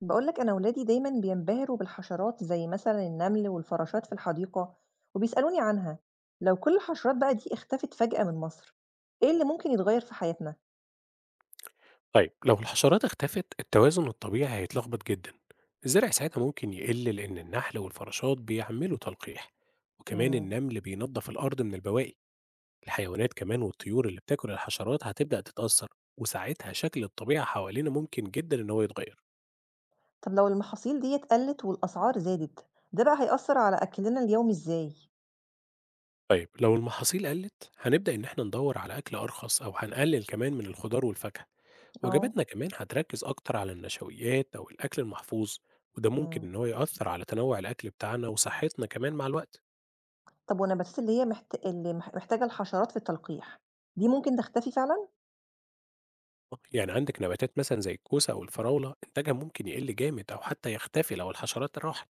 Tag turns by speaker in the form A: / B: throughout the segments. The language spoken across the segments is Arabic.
A: بقولك أنا ولادي دايما بينبهروا بالحشرات زي مثلا النمل والفراشات في الحديقة وبيسألوني عنها. لو كل الحشرات بقى دي اختفت فجأة من مصر، ايه اللي ممكن يتغير في حياتنا؟
B: طيب لو الحشرات اختفت، التوازن الطبيعي هيتلخبط جدا. الزرع ساعتها ممكن يقل لأن النحل والفراشات بيعملوا تلقيح، وكمان
A: مم.
B: النمل بينظف الأرض من البواقي. الحيوانات كمان والطيور اللي بتاكل الحشرات هتبدأ تتأثر، وساعتها شكل الطبيعة حوالينا ممكن جدا إن هو يتغير.
A: طب لو المحاصيل دي قلت والأسعار زادت، ده بقى هيأثر على أكلنا اليومي ازاي؟
B: طيب لو المحاصيل قلت هنبدأ إن احنا ندور على أكل أرخص، أو هنقلل كمان من الخضار والفاكهة.
A: اه.
B: وجباتنا كمان هتركز أكتر على النشويات أو الأكل المحفوظ، وده ممكن
A: مم.
B: إن هو يأثر على تنوع الأكل بتاعنا وصحتنا كمان مع الوقت.
A: طب والنباتات اللي هي محتاجة الحشرات في التلقيح، دي ممكن تختفي فعلا؟
B: آه، يعني عندك نباتات مثلا زي الكوسة أو الفراولة إنتاجها ممكن يقل جامد أو حتى يختفي لو الحشرات راحت.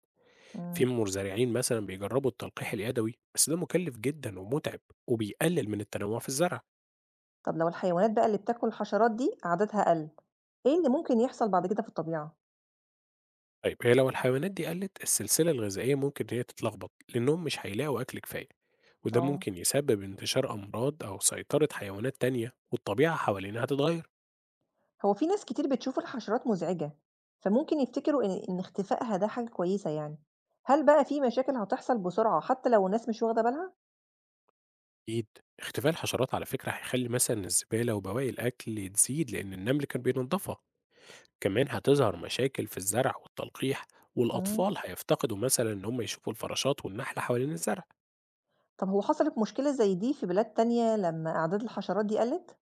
B: في
A: مم.
B: مزارعين مثلا بيجربوا التلقيح اليدوي، بس ده مكلف جدا ومتعب وبيقلل من التنوع في الزرع.
A: طب لو الحيوانات بقى اللي بتاكل الحشرات دي عددها قل، ايه اللي ممكن يحصل بعد كده في الطبيعة؟
B: طيب هي لو الحيوانات دي قلت، السلسلة الغذائية ممكن إن هي تتلخبط لأنهم مش هيلاقوا أكل كفاية، وده
A: اه.
B: ممكن يسبب انتشار أمراض أو سيطرة حيوانات تانية، والطبيعة حوالينا هتتغير.
A: هو في ناس كتير بتشوف الحشرات مزعجة، فممكن يفتكروا إن اختفائها ده حاجة كويسة يعني، هل بقى في مشاكل هتحصل بسرعة حتى لو الناس مش واخدة بالها؟
B: أكيد، اختفاء الحشرات على فكرة هيخلي مثلا الزبالة وبواقي الأكل تزيد لأن النمل كان بينضفها. كمان هتظهر مشاكل في الزرع والتلقيح،
A: إمم.
B: والأطفال هيفتقدوا مثلا إن هم يشوفوا الفراشات والنحل حوالين الزرع.
A: طب هو حصلت مشكلة زي دي في بلاد تانية لما أعداد الحشرات دي قلت؟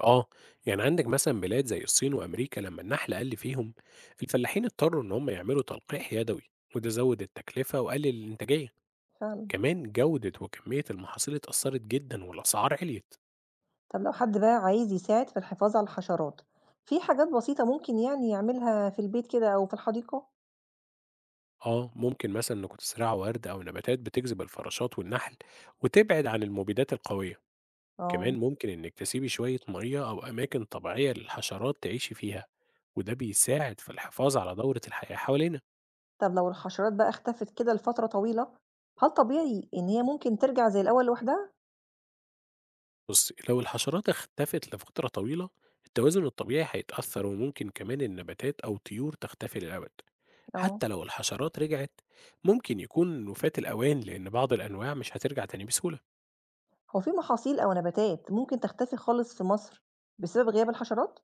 B: آه، يعني عندك مثلًا بلاد زي الصين وأمريكا لمّا النحل قَل فيهم، الفلاحين اضطروا إن هم يعملوا تلقيح يدوي، وده زوّد التكلفة وقلل الإنتاجية،
A: فعلًا.
B: كمان جودة وكمية المحاصيل اتأثّرت جدًا والأسعار عليت.
A: طب لو حد بقى عايز يساعد في الحفاظ على الحشرات، في حاجات بسيطة ممكن يعني يعملها في البيت كده أو في الحديقة؟
B: آه، ممكن مثلًا إنكم تزرعوا وَرْد أو نباتات بتجذب الفراشات والنحل، وتبعد عن المبيدات القوية، كمان
A: آه.
B: ممكن إنِّك تسيبي شوية مَيّة أو أماكن طبيعية للحشرات تعيشي فيها، وده بيساعد في الحفاظ على دورة الحياة حوالينا.
A: طب لو الحشرات بقى اختفت كده لفترة طويلة، هل طبيعي إن هي ممكن ترجع زي الأول لوحدها؟
B: بصي، لو الحشرات اختفت لفترة طويلة، التوازن الطبيعي هيتأثر وممكن كمان النباتات أو طيور تختفي للأبد.
A: آه.
B: حتى لو الحشرات رجعت ممكن يكون وفاة الأوان، لأن بعض الأنواع مش هترجع تاني بسهولة.
A: هو في محاصيل أو نباتات ممكن تختفي خالص في مصر بسبب غياب الحشرات؟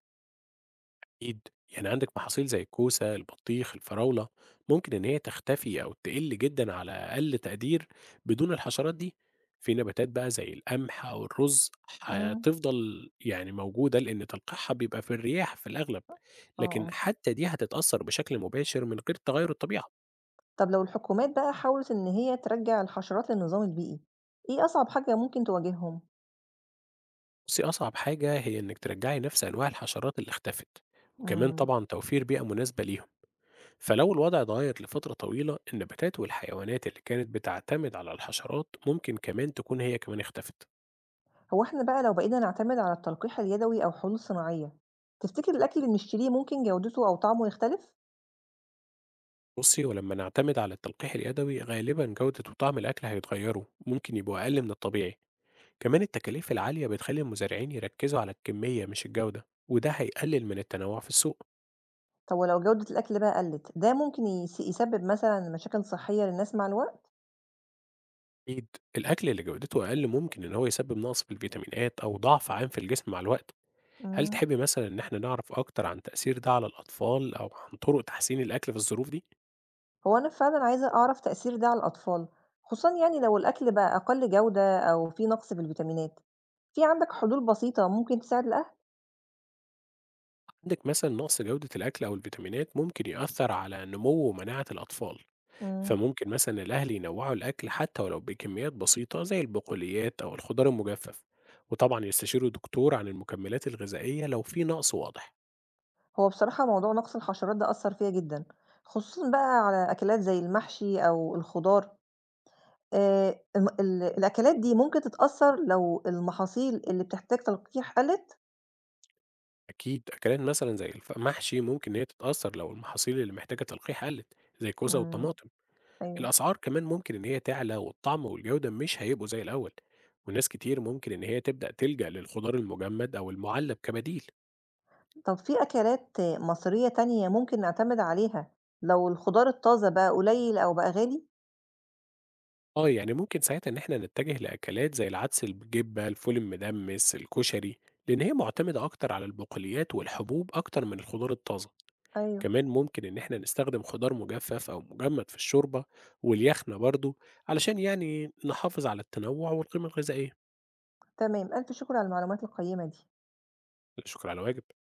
B: أكيد، يعني عندك محاصيل زي الكوسة، البطيخ، الفراولة ممكن إن هي تختفي أو تقل جدا على أقل تقدير بدون الحشرات دي. في نباتات بقى زي القمح أو الرز
A: إمم.
B: هتفضل يعني موجودة لأن تلقيحها بيبقى في الرياح في الأغلب،
A: آه،
B: لكن
A: آه.
B: حتى دي هتتأثر بشكل مباشر من غير تغير الطبيعة.
A: طب لو الحكومات بقى حاولت إن هي ترجّع الحشرات للنظام البيئي، إيه أصعب حاجة ممكن تواجههم؟
B: بصي، أصعب حاجة هي إنك ترجعي نفس أنواع الحشرات اللي اختفت، وكمان
A: إمم.
B: طبعا توفير بيئة مناسبة ليهم. فلو الوضع اتغير لفترة طويلة، النباتات والحيوانات اللي كانت بتعتمد على الحشرات ممكن كمان تكون هي كمان اختفت.
A: هو إحنا بقى لو بقينا نعتمد على التلقيح اليدوي أو حلول صناعية، تفتكر الأكل اللي بنشتريه ممكن جودته أو طعمه يختلف؟
B: بصي، ولما نعتمد على التلقيح اليدوي غالبا جودة وطعم الأكل هيتغيروا، ممكن يبقوا أقل من الطبيعي. كمان التكاليف العالية بتخلي المزارعين يركزوا على الكمية مش الجودة، وده هيقلل من التنوع في السوق.
A: طب ولو جودة الأكل بقى قلت، ده ممكن يسبب مثلًا مشاكل صحية للناس مع الوقت؟
B: أكيد، الأكل اللي جودته أقل ممكن إن هو يسبب نقص في الفيتامينات أو ضعف عام في الجسم مع الوقت. هل
A: إمم.
B: تحبي مثلا إن احنا نعرف أكتر عن تأثير ده على الأطفال أو عن طرق تحسين الأكل في الظروف دي؟
A: هو أنا فعلًا عايزة أعرف تأثير ده على الأطفال، خصوصًا يعني لو الأكل بقى أقل جودة أو في نقص في الفيتامينات، في عندك حلول بسيطة ممكن تساعد الأهل؟
B: عندك مثلا نقص جودة الأكل أو الفيتامينات ممكن يأثر على نمو ومناعة الأطفال.
A: إمم.
B: فممكن مثلا الأهل ينوعوا الأكل حتى ولو بكميات بسيطة زي البقوليات أو الخضار المجفف، وطبعا يستشيروا دكتور عن المكملات الغذائية لو في نقص واضح.
A: هو بصراحة موضوع نقص الحشرات ده أثّر فيّا جدًا، خصوصًا بقى على أكلات زي المحشي أو الخضار، الم ال الأكلات دي ممكن تتأثّر لو المحاصيل اللي بتحتاج تلقيح قلّت؟
B: أكيد، أكلات مثلا زي المحشي ممكن إن هي تتأثر لو المحاصيل اللي محتاجة تلقيح قلت، زي الكوسة
A: إمم،
B: والطماطم.
A: أيوه.
B: الأسعار كمان ممكن إن هي تعلى، والطعم والجودة مش هيبقوا زي الأول، وناس كتير ممكن إن هي تبدأ تلجأ للخضار المجمد أو المعلب كبديل.
A: طب في أكلات مصرية تانية ممكن نعتمد عليها لو الخضار الطازة بقى قليل أو بقى غالي؟
B: آه، يعني ممكن ساعتها إن إحنا نتجه لأكلات زي العدس بالجبة، الفول المدمس، الكشري، لأن هي معتمدة أكتر على البقوليات والحبوب أكتر من الخضار الطازة،
A: أيوه.
B: كمان ممكن إن إحنا نستخدم خضار مجفف أو مجمد في الشوربة واليخنة برضه علشان يعني نحافظ على التنوع والقيمة الغذائية.
A: تمام، ألف شكر على المعلومات القيّمة دي.
B: لا شكر على واجب.